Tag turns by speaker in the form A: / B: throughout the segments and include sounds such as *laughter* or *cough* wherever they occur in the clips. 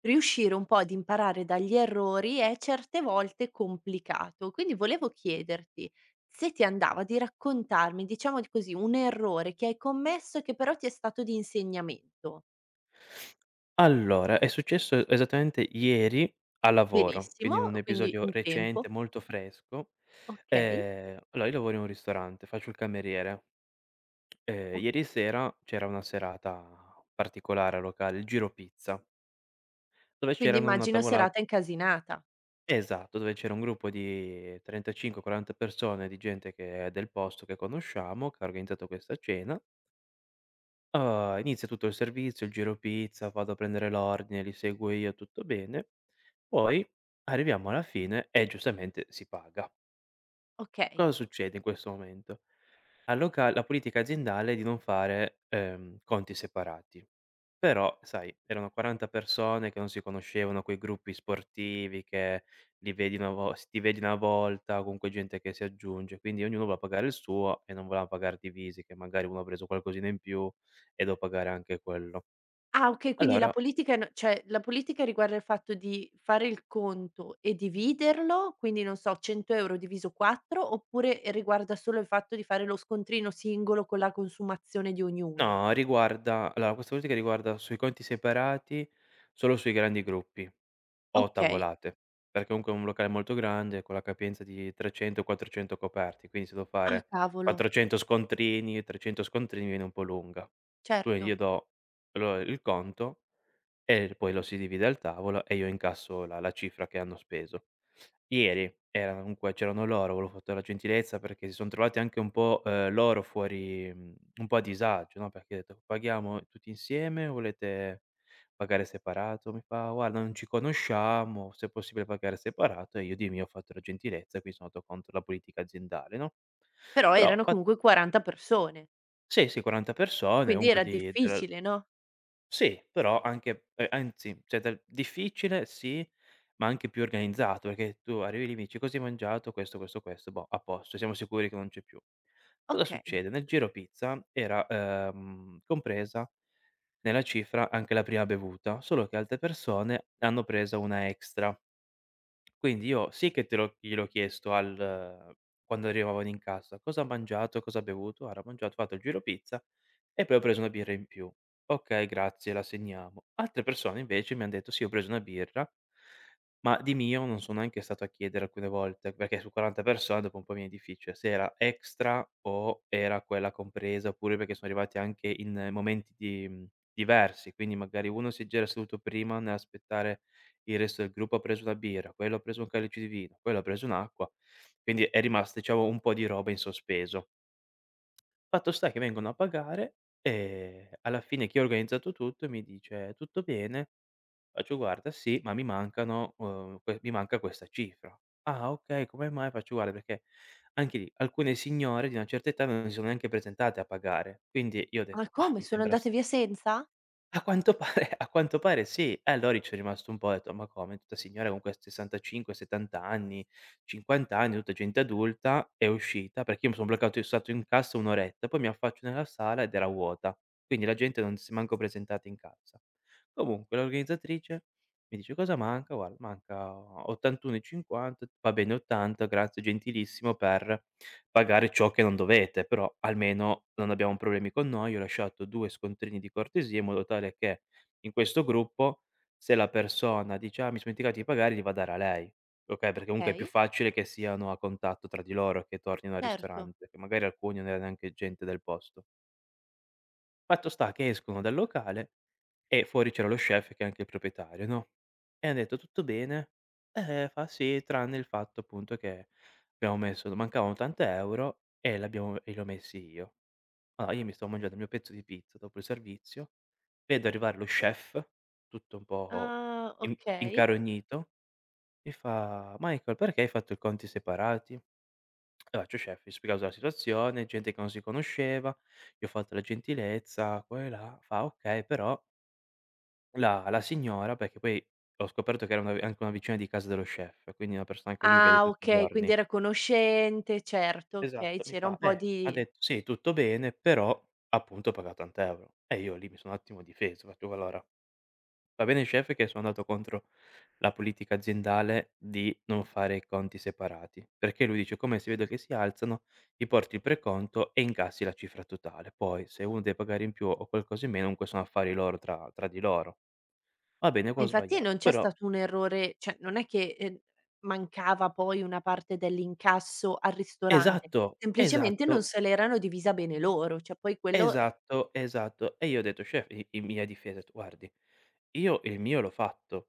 A: Riuscire un po' ad imparare dagli errori è certe volte complicato, quindi volevo chiederti se ti andava di raccontarmi, diciamo di così, un errore che hai commesso e che però ti è stato di insegnamento.
B: Allora, è successo esattamente ieri al lavoro,
A: Benissimo,
B: quindi un
A: quindi
B: episodio
A: in tempo,
B: recente, molto fresco.
A: okay.
B: Allora io lavoro in un ristorante, faccio il cameriere.
A: Okay.
B: Ieri sera c'era una serata particolare al locale, il Giro Pizza, dove
A: Quindi
B: c'erano una
A: immagino
B: tavola,
A: serata incasinata,
B: esatto, dove c'era un gruppo di 35, 40 persone, di gente che è del posto, che conosciamo, che ha organizzato questa cena. Inizia tutto il servizio, il giro pizza, vado a prendere l'ordine, li seguo io, tutto bene. Poi arriviamo alla fine e giustamente si paga.
A: okay.
B: Cosa succede in questo momento? Al loca la politica aziendale è di non fare, conti separati. Però, sai, erano 40 persone che non si conoscevano, quei gruppi sportivi che li vedi una vo s ti vedi una volta, comunque gente che si aggiunge, quindi ognuno va a pagare il suo e non voleva pagare divisi, che magari uno ha preso qualcosina in più e devo pagare anche quello.
A: Ah okay, quindi la
B: Allora
A: politica n cioè la politica riguarda il fatto di fare il conto e dividerlo, quindi non so, 100 € diviso 4, oppure riguarda solo il fatto di fare lo scontrino singolo con la consumazione di ognuno?
B: no, riguarda allora questa politica riguarda sui conti separati, solo sui grandi gruppi o
A: Okay.
B: tavolate, perché comunque è un locale molto grande con la capienza di 300, 400 coperti, quindi se devo
A: Ah
B: fare
A: cavolo,
B: 400 scontrini, 300 scontrini viene un po' lunga. Quindi
A: certo.
B: io do loro il conto, e poi lo si divide al tavolo e io incasso la cifra che hanno speso. Ieri era, comunque c'erano loro, avevo fatto la gentilezza perché si son trovati anche un po', loro fuori, un po' a disagio, no, perché ho detto: "Paghiamo tutti insieme o volete pagare separato?" Mi fa: "Guarda, non ci conosciamo, se è possibile pagare separato." E io di mio ho fatto la gentilezza, quindi sono andato contro la politica aziendale, no,
A: Però
B: però
A: erano
B: fa,
A: comunque 40 persone,
B: sì, sì, 40 persone
A: quindi
B: comunque
A: era
B: di del,
A: difficile, no?
B: sì, però anche, anzi, cioè del difficile sì, ma anche più organizzato, perché tu arrivi lì e mi dici: "Cosa hai mangiato?" "Questo, questo, questo." "Boh, a posto, siamo sicuri che non c'è più." Cosa
A: Okay.
B: succede? Nel giro pizza era, compresa nella cifra anche la prima bevuta, solo che altre persone hanno preso una extra. Quindi io sì che te l'ho gliel'ho chiesto al quando arrivavano in casa: "Cosa ha mangiato? Cosa ha bevuto?" "Ora ha mangiato, fatto il giro pizza e poi ho preso una birra in più." "Okay, grazie, la segniamo." Altre persone invece mi han detto: "Sì, ho preso una birra", ma di mio non sono neanche stato a chiedere alcune volte, perché su 40 persone dopo un po' mi è difficile, se era extra o era quella compresa, oppure perché sono arrivati anche in, momenti di, diversi, quindi magari uno si già era seduto prima nell'aspettare il resto del gruppo, ha preso una birra, quello ha preso un calice di vino, quello ha preso un'acqua, quindi è rimasta, diciamo, un po' di roba in sospeso. Fatto sta che vengono a pagare e alla fine chi ha organizzato tutto mi dice: "Tutto bene?" Faccio: "Guarda sì, ma mi manca questa cifra". "Ah okay, come mai?" Faccio: "Guarda perché anche lì alcune signore di una certa età non si sono neanche presentate a pagare". Quindi io ho
A: Ah
B: detto: "Mah,
A: come,
B: mi
A: sono
B: sembra
A: andate
B: s".
A: via senza?
B: A quanto pare sì. E allora io ci sono rimasto un po', ho detto: "Ma come? Questa signora con que 65, 70 anni, 50 anni, tutta gente adulta, è uscita", perché io, mi son bloccato io stato in cassa 1 oretta, poi mi affaccio nella sala ed era vuota. Quindi la gente non si è manco presentata in cassa. Comunque l'organizzatrice mi dice: "Cosa manca?" Guarda: "Manca 81,50". "Va bene 80, grazie, gentilissimo per" pagare ciò che non dovete, però almeno non abbiamo problemi con noi. Io ho lasciato 2 scontrini di cortesia in modo tale che, in questo gruppo, se la persona dice: "Ah, mi son dimenticato di pagare", gli va a dare a lei, okay, perché comunque è più
A: Okay,
B: facile che siano a contatto tra di loro, che tornino al
A: certo.
B: ristorante, che magari alcuni non era neanche gente del posto. Fatto sta che escono dal locale e fuori c'era lo chef, che è anche il proprietario, no, e han detto: "Tutto bene?" Fa sì, tranne il fatto appunto che, abbiamo messo mancavano 80 € e l'abbiamo e li ho messi io." Allora io mi stavo mangiando il mio pezzo di pizza dopo il servizio, vedo arrivare lo chef, tutto un po'
A: Ah,
B: in
A: okay.
B: incarognito, mi fa: "Michael, perché hai fatto i conti separati?" E faccio: "Chef", gli ho spiegato la situazione, gente che non si conosceva, gli ho fatto la gentilezza, qua e là. Fa: "Okay, però". La signora, perché poi ho scoperto che era una anche una vicina di casa dello chef, quindi una persona che lui vede
A: Ah
B: tutti i
A: okay, quindi
B: giorni.
A: era conoscente, certo, okay,
B: Esatto, mi
A: c'era un
B: fa:
A: po'
B: Ha
A: di
B: detto: "Sì, tutto bene, però appunto ho pagato €80." E io lì mi sono un attimo difeso, ho fatto: "Allora, va bene il chef che sono andato contro la politica aziendale di non fare i conti separati, perché lui dice: "Come si vede che si alzano, ti porti il preconto e incassi la cifra totale. Poi se uno deve pagare in più o qualcosa in meno, comunque sono affari loro, tra di loro." Va bene,
A: ma
B: qua ho
A: infatti
B: sbagliato,
A: non c'è
B: però".
A: stato un errore cioè non è che, mancava poi una parte dell'incasso al ristorante,
B: Esatto,
A: semplicemente non
B: esatto,
A: se l'erano divisa bene loro, cioè poi quello.
B: esatto, esatto. E io ho detto: "Chef", i in mia difesa ho detto: "Guardi, io il mio l'ho fatto,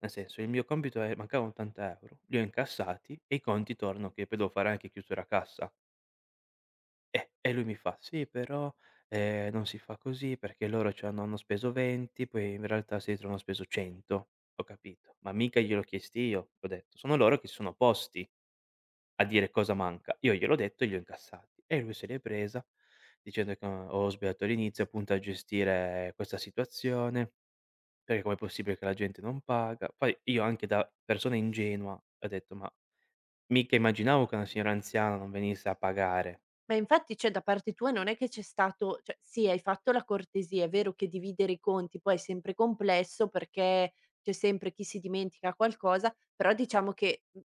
B: nel senso il mio compito è, mancavano 80 €, li ho incassati e i conti tornano che poi devo fare anche chiusura cassa." E lui mi fa: "Sì però, non si fa così perché loro c'hanno hanno speso 20, poi in realtà si ritrovano speso 100." Ho capito, ma mica gliel'ho chiesti io, ho detto, sono loro che si sono opposti a dire cosa manca. Io gliel'ho detto e li ho incassati. E lui se l'è presa dicendo che, ho sbagliato all'inizio, appunto, a gestire questa situazione, perché com'è possibile che la gente non paga. Poi io, anche da persona ingenua, ho detto: "Ma mica immaginavo che una signora anziana non venisse a pagare."
A: Ma infatti, cioè da parte tua non è che c'è stato cioè sì, hai fatto la cortesia, è vero che dividere i conti poi è sempre complesso perché c'è sempre chi si dimentica qualcosa, però diciamo che, mhmm,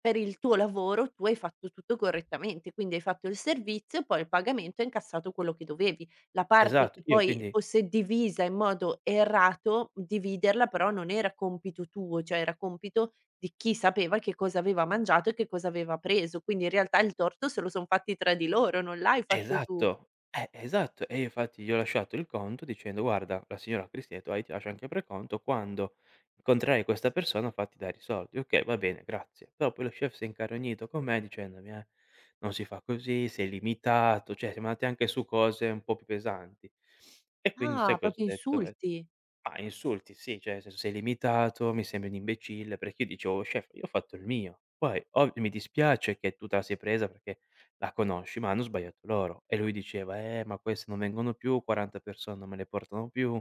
A: per il tuo lavoro tu hai fatto tutto correttamente, quindi hai fatto il servizio, poi il pagamento e hai incassato quello che dovevi. La parte
B: Esatto,
A: che
B: io
A: poi
B: quindi
A: fosse divisa in modo errato, dividerla però non era compito tuo, cioè era compito di chi sapeva che cosa aveva mangiato e che cosa aveva preso. Quindi in realtà il torto se lo son fatti tra di loro, non l'hai fatto tu.
B: esatto, esatto. E io infatti gli ho lasciato il conto dicendo: "Guarda, la signora Cristietto, io ti lascio anche il preconto, quando incontrerai questa persona fatti dare i soldi". "Okay, va bene, grazie". Però poi lo chef si è incarognito con me dicendomi: non si fa così, sei limitato", cioè siamo andati anche su cose un po' più pesanti. E quindi
A: Ah,
B: sai cosa ho
A: proprio
B: detto?
A: insulti.
B: Ma insulti sì, cioè nel senso: "Sei limitato, mi sembri un imbecille", perché io dicevo: "Chef, io ho fatto il mio, poi ov mi dispiace che tu te la sei presa perché la conosci, ma hanno sbagliato loro". E lui diceva: ma queste non vengono più, 40 persone non me le portano più",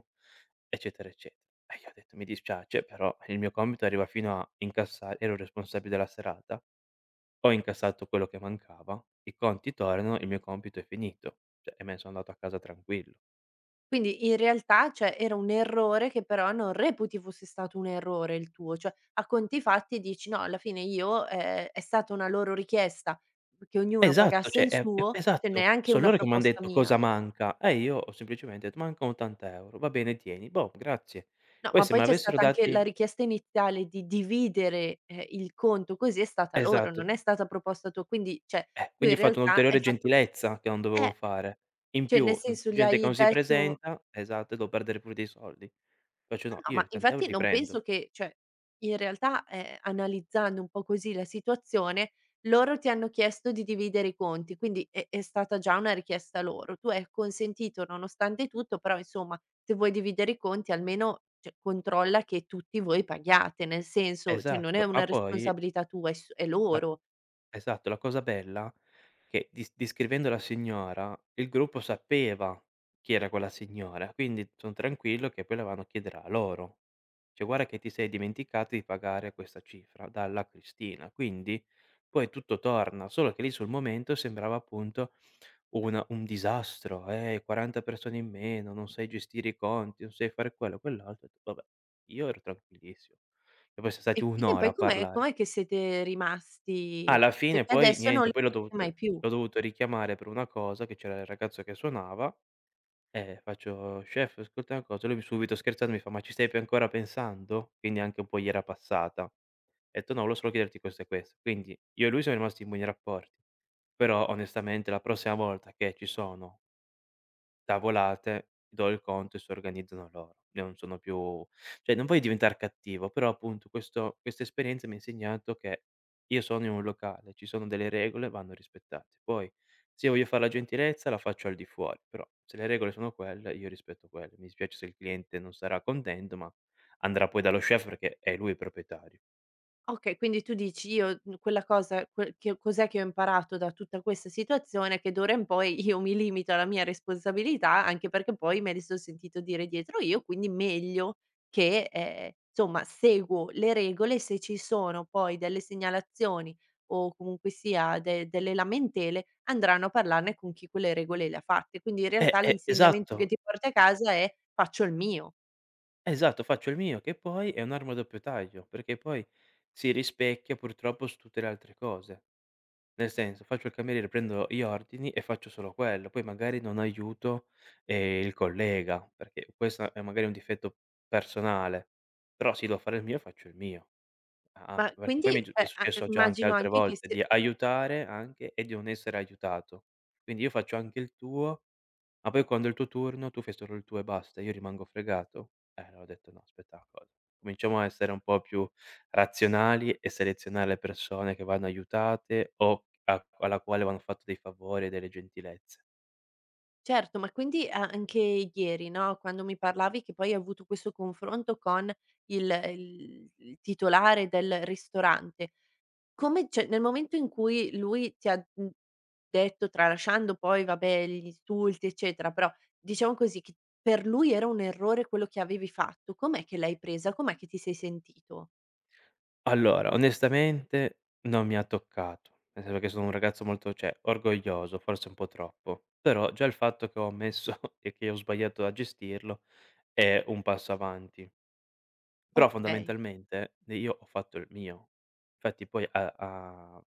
B: eccetera, eccetera. E io ho detto: "Mi dispiace, però il mio compito arriva fino a incassa", ero il responsabile della serata, ho incassato quello che mancava, i conti tornano, il mio compito è finito. Cioè, e me ne sono andato a casa tranquillo.
A: Quindi in realtà, cioè, era un errore che però non reputi fosse stato un errore il tuo, cioè a conti fatti dici: "No, alla fine io è stata una loro richiesta che ognuno
B: Esatto,
A: pagasse
B: cioè
A: il
B: è
A: suo, cioè
B: esatto,
A: neanche
B: son
A: una
B: loro che m'han
A: proposta
B: detto:
A: mia".
B: "Cosa manca?" E io ho semplicemente detto: "Mancano 80 €." "Va bene, tieni." Boh, grazie.
A: No,
B: Poi
A: ma
B: se
A: poi c'è
B: m'avessero
A: stata anche
B: dati,
A: la richiesta iniziale di dividere, il conto così è stata loro, non
B: esatto,
A: è stata proposta tua, quindi cioè tu in
B: quindi ho fatto
A: realtà hai
B: un'ulteriore
A: fatto
B: gentilezza che non dovevo
A: eh,
B: fare. In
A: cioè
B: più,
A: nel
B: n
A: senso gli
B: gente che
A: hai
B: non si
A: detto.
B: presenta, esatto, e devo perdere pure dei soldi. Faccio:
A: No,
B: "No,
A: no,
B: io gli
A: ma
B: 80 €
A: infatti
B: li
A: non penso
B: prendo."
A: che cioè, in realtà, analizzando un po' così la situazione, loro ti hanno chiesto di dividere i conti, quindi è stata già una richiesta loro. Tu hai acconsentito nonostante tutto, però insomma, se vuoi dividere i conti almeno, cioè, controlla che tutti voi paghiate, nel senso, cioè, non è
B: Esatto, ma
A: una
B: poi
A: responsabilità tua, è
B: la
A: loro.
B: esatto, la cosa bella che, dis descrivendo la signora, il gruppo sapeva chi era quella signora, quindi son tranquillo che poi la vanno a chiedere a loro. Cioè: "Guarda che ti sei dimenticata di pagare questa cifra dalla Cristina." Quindi poi tutto torna, solo che lì sul momento sembrava appunto una un disastro, 40 persone in meno, non sai gestire i conti, non sai fare quello, quell'altro. Ho detto: "Vabbè." Io ero tranquillissimo. E poi son stati
A: E
B: 1
A: quindi
B: ora
A: poi
B: a
A: com'è
B: parlare.
A: com'è che siete rimasti?
B: Alla
A: Cioè,
B: fine
A: che
B: poi
A: adesso non li
B: niente, poi
A: fate mai più.
B: l'ho dovuto richiamare per una cosa che c'era il ragazzo che suonava, e faccio: "Chef ascolta una cosa", lui mi subito scherzando mi fa: "Ma ci stai p ancora pensando?" Quindi anche un po' gli era passata. Ho detto: "No, volevo solo chiederti questo e questo". Quindi io e lui siamo rimasti in buoni rapporti, però onestamente la prossima volta che ci sono tavolate, do il conto e si organizzano loro. Io non sono più, cioè non voglio diventar cattivo, però appunto, questo questa esperienza mi ha insegnato che io sono in un locale, ci sono delle regole, vanno rispettate. Poi se io voglio far la gentilezza la faccio al di fuori, però se le regole sono quelle, io rispetto quelle. Mi dispiace se il cliente non sarà contento, ma andrà poi dallo chef perché è lui il proprietario.
A: Okay, quindi tu dici: "Io, mhmm, quella cosa que che cos'è che ho imparato da tutta questa situazione, che d'ora in poi io mi limito alla mia responsabilità, anche perché poi me li son sentito dire dietro io, quindi meglio che, insomma seguo le regole, se ci sono poi delle segnalazioni o comunque sia de delle lamentele, andranno a parlarne con chi quelle regole le ha fatte". Quindi in
B: Eh,
A: realtà
B: eh,
A: l'insegnamento che
B: esatto,
A: ti porti a casa è: "Faccio il mio".
B: esatto, faccio il mio, che poi è un'arma a doppio taglio, perché poi si rispecchia purtroppo su tutte le altre cose. Nel senso, faccio il cameriere, prendo gli ordini e faccio solo quello, poi magari non aiuto, il collega, perché questo è magari un difetto personale, però sì, devo fare il mio, faccio il mio. A
A: Ma
B: me perché poi mi è
A: quindi,
B: gi è
A: a
B: successo già anche
A: immagino
B: altre
A: anche che
B: volte
A: se.
B: di aiutare anche e di non essere aiutato. Quindi io faccio anche il tuo, ma poi quando è il tuo turno, tu fai solo il tuo e basta, io rimango fregato? Allora ho detto: "No, aspetta una cosa, cominciamo a essere un po' più razionali e selezionare le persone che vanno aiutate o a alla quale vanno fatto dei favori e delle gentilezze."
A: Certo, ma quindi a anche ieri, no, quando mi parlavi che poi hai avuto questo confronto con il titolare del ristorante, come cioè nel momento in cui lui ti ha, mhmm, detto tralasciando poi vabbè gli insulti eccetera, però diciamo così che per lui era un errore quello che avevi fatto, com'è che l'hai presa? Com'è che ti sei sentito?
B: Allora, onestamente non mi ha toccato, nel senso che sono un ragazzo molto, cioè, orgoglioso, forse un po' troppo, però già il fatto che ho ammesso *laughs* e che ho sbagliato a gestirlo è un passo avanti. Però
A: Okay.
B: fondamentalmente, io ho fatto il mio. Infatti poi a a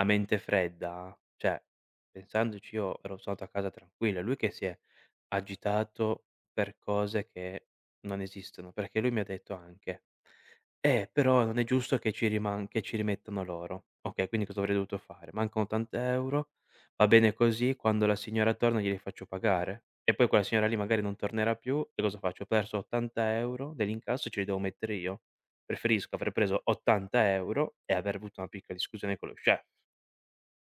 B: a mente fredda, cioè, pensandoci, io ero stato a casa tranquillo, è lui che si è agitato per cose che non esistono, perché lui mi ha detto anche: però non è giusto che ci rimettano loro". Okay, quindi cosa avrei dovuto fare? "Mancano tant' €, va bene così, quando la signora torna glieli faccio pagare". E poi quella signora lì magari non tornerà più e cosa faccio? Ho perso 80 € dell'incasso e ce li devo mettere io? Preferisco aver preso 80 € e aver avuto una piccola discussione con lo chef.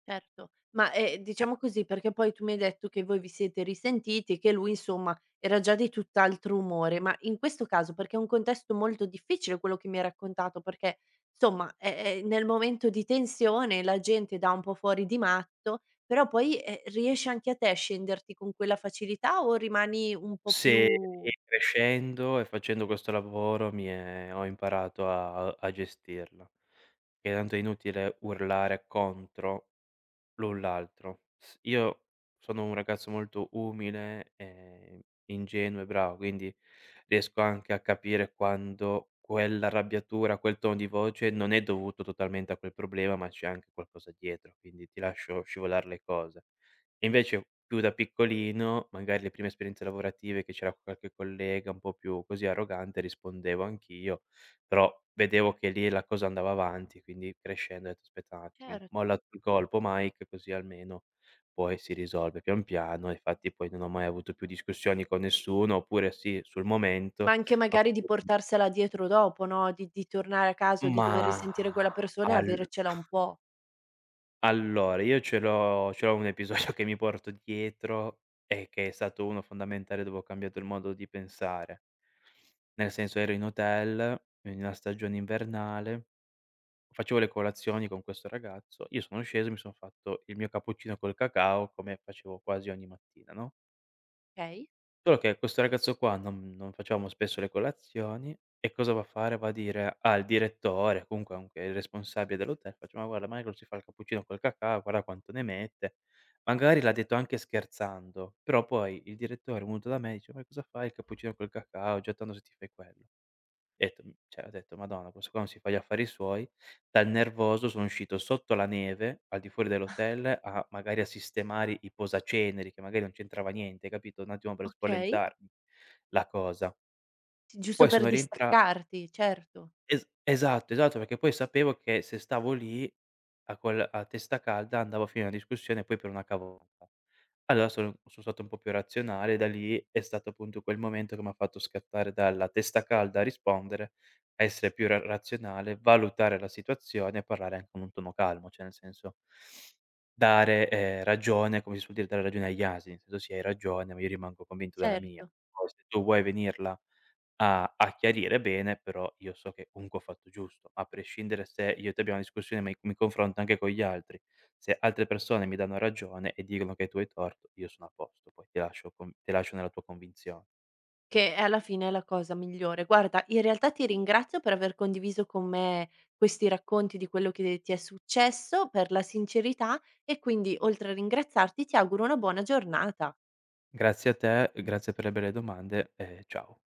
A: Certo, ma,
B: Eh,
A: diciamo così, perché poi tu mi hai detto che voi vi siete risentiti e che lui insomma era già di tutt'altro umore, ma in questo caso perché è un contesto molto difficile quello che mi hai raccontato, perché insomma, è nel momento di tensione la gente dà un po' fuori di matto, però poi, riesci anche a te a scenderti con quella facilità o rimani un po'
B: sì,
A: più
B: crescendo e facendo questo lavoro mi è ho imparato a gestirla. Perché tanto è inutile urlare contro l'un l'altro. S Io sono un ragazzo molto umile, ingenuo e bravo, quindi riesco anche a capire quando quell'arrabbiatura, quel tono di voce non è dovuto totalmente a quel problema, ma c'è anche qualcosa dietro, quindi ti lascio scivolar le cose. E invece più da piccolino, magari le prime esperienze lavorative che c'era qualche collega un po' più così arrogante, rispondevo anch'io, però vedevo che lì la cosa andava avanti, quindi crescendo ho detto: "Aspetta un attimo,
A: certo,
B: molla tu il colpo, Mike, così almeno poi si risolve pian piano." E infatti poi non ho mai avuto più discussioni con nessuno, oppure sì, sul
A: ma
B: momento,
A: anche
B: ma
A: magari di portarsela dietro dopo, no, di tornare a casa o di
B: ma
A: dover risentire quella persona e
B: al
A: avercela un po',
B: allora io ce l'ho un episodio *laughs* che mi porto dietro e che è stato uno fondamentale dove ho cambiato il modo di pensare. Nel senso, ero in hotel, in una stagione invernale. Facevo le colazioni con questo ragazzo, io sono sceso, mi son fatto il mio cappuccino col cacao, come facevo quasi ogni mattina, no,
A: okay?
B: solo che questo ragazzo qua, non facevamo spesso le colazioni, e cosa va a fare? Va a dire al direttore, comunque anche il responsabile dell'hotel, faccio: "Ma guarda, Michael si fa il cappuccino col cacao, guarda quanto ne mette." Magari l'ha detto anche scherzando, però poi il direttore è venuto da me e dice: "Ma cosa fai il cappuccino col cacao, già tanto se ti fai quello." Cioè ho detto: "Madonna, questo qua non si fa gli affari suoi". Dal nervoso sono uscito sotto la neve, al di fuori dell'hotel, a magari a sistemare i posaceneri, che magari non c'entrava niente, capito, un attimo per
A: Okay.
B: spaventarmi la cosa.
A: Sì, giusto
B: Poi
A: per
B: sono rientra
A: distaccarti, certo,
B: Es esatto, esatto, perché poi sapevo che se stavo lì a testa calda andavo a finire la discussione poi per una cavolata. Allora sono stato un po' più razionale, da lì è stato appunto quel momento che m'ha fatto scattare dalla testa calda a rispondere, a essere più ra razionale, valutare la situazione e parlare anche con un tono calmo, cioè nel senso dare, ragione, come si suol dire, dare ragione agli asini, nel senso: "Sì, hai ragione, ma io rimango convinto della mia.
A: certo,
B: Poi se tu vuoi venirla a chiarire bene, però io so che comunque ho fatto giusto, a prescindere se io e te abbiamo una discussione, ma mi confronto anche con gli altri. Se altre persone mi danno ragione e dicono che tu hai torto, io sono a posto, poi ti lascio nella tua convinzione."
A: che alla fine è la cosa migliore. Guarda, in realtà ti ringrazio per aver condiviso con me questi racconti di quello che ti è successo, per la sincerità e quindi oltre a ringraziarti ti auguro una buona giornata.
B: Grazie a te, grazie per le belle domande, e ciao.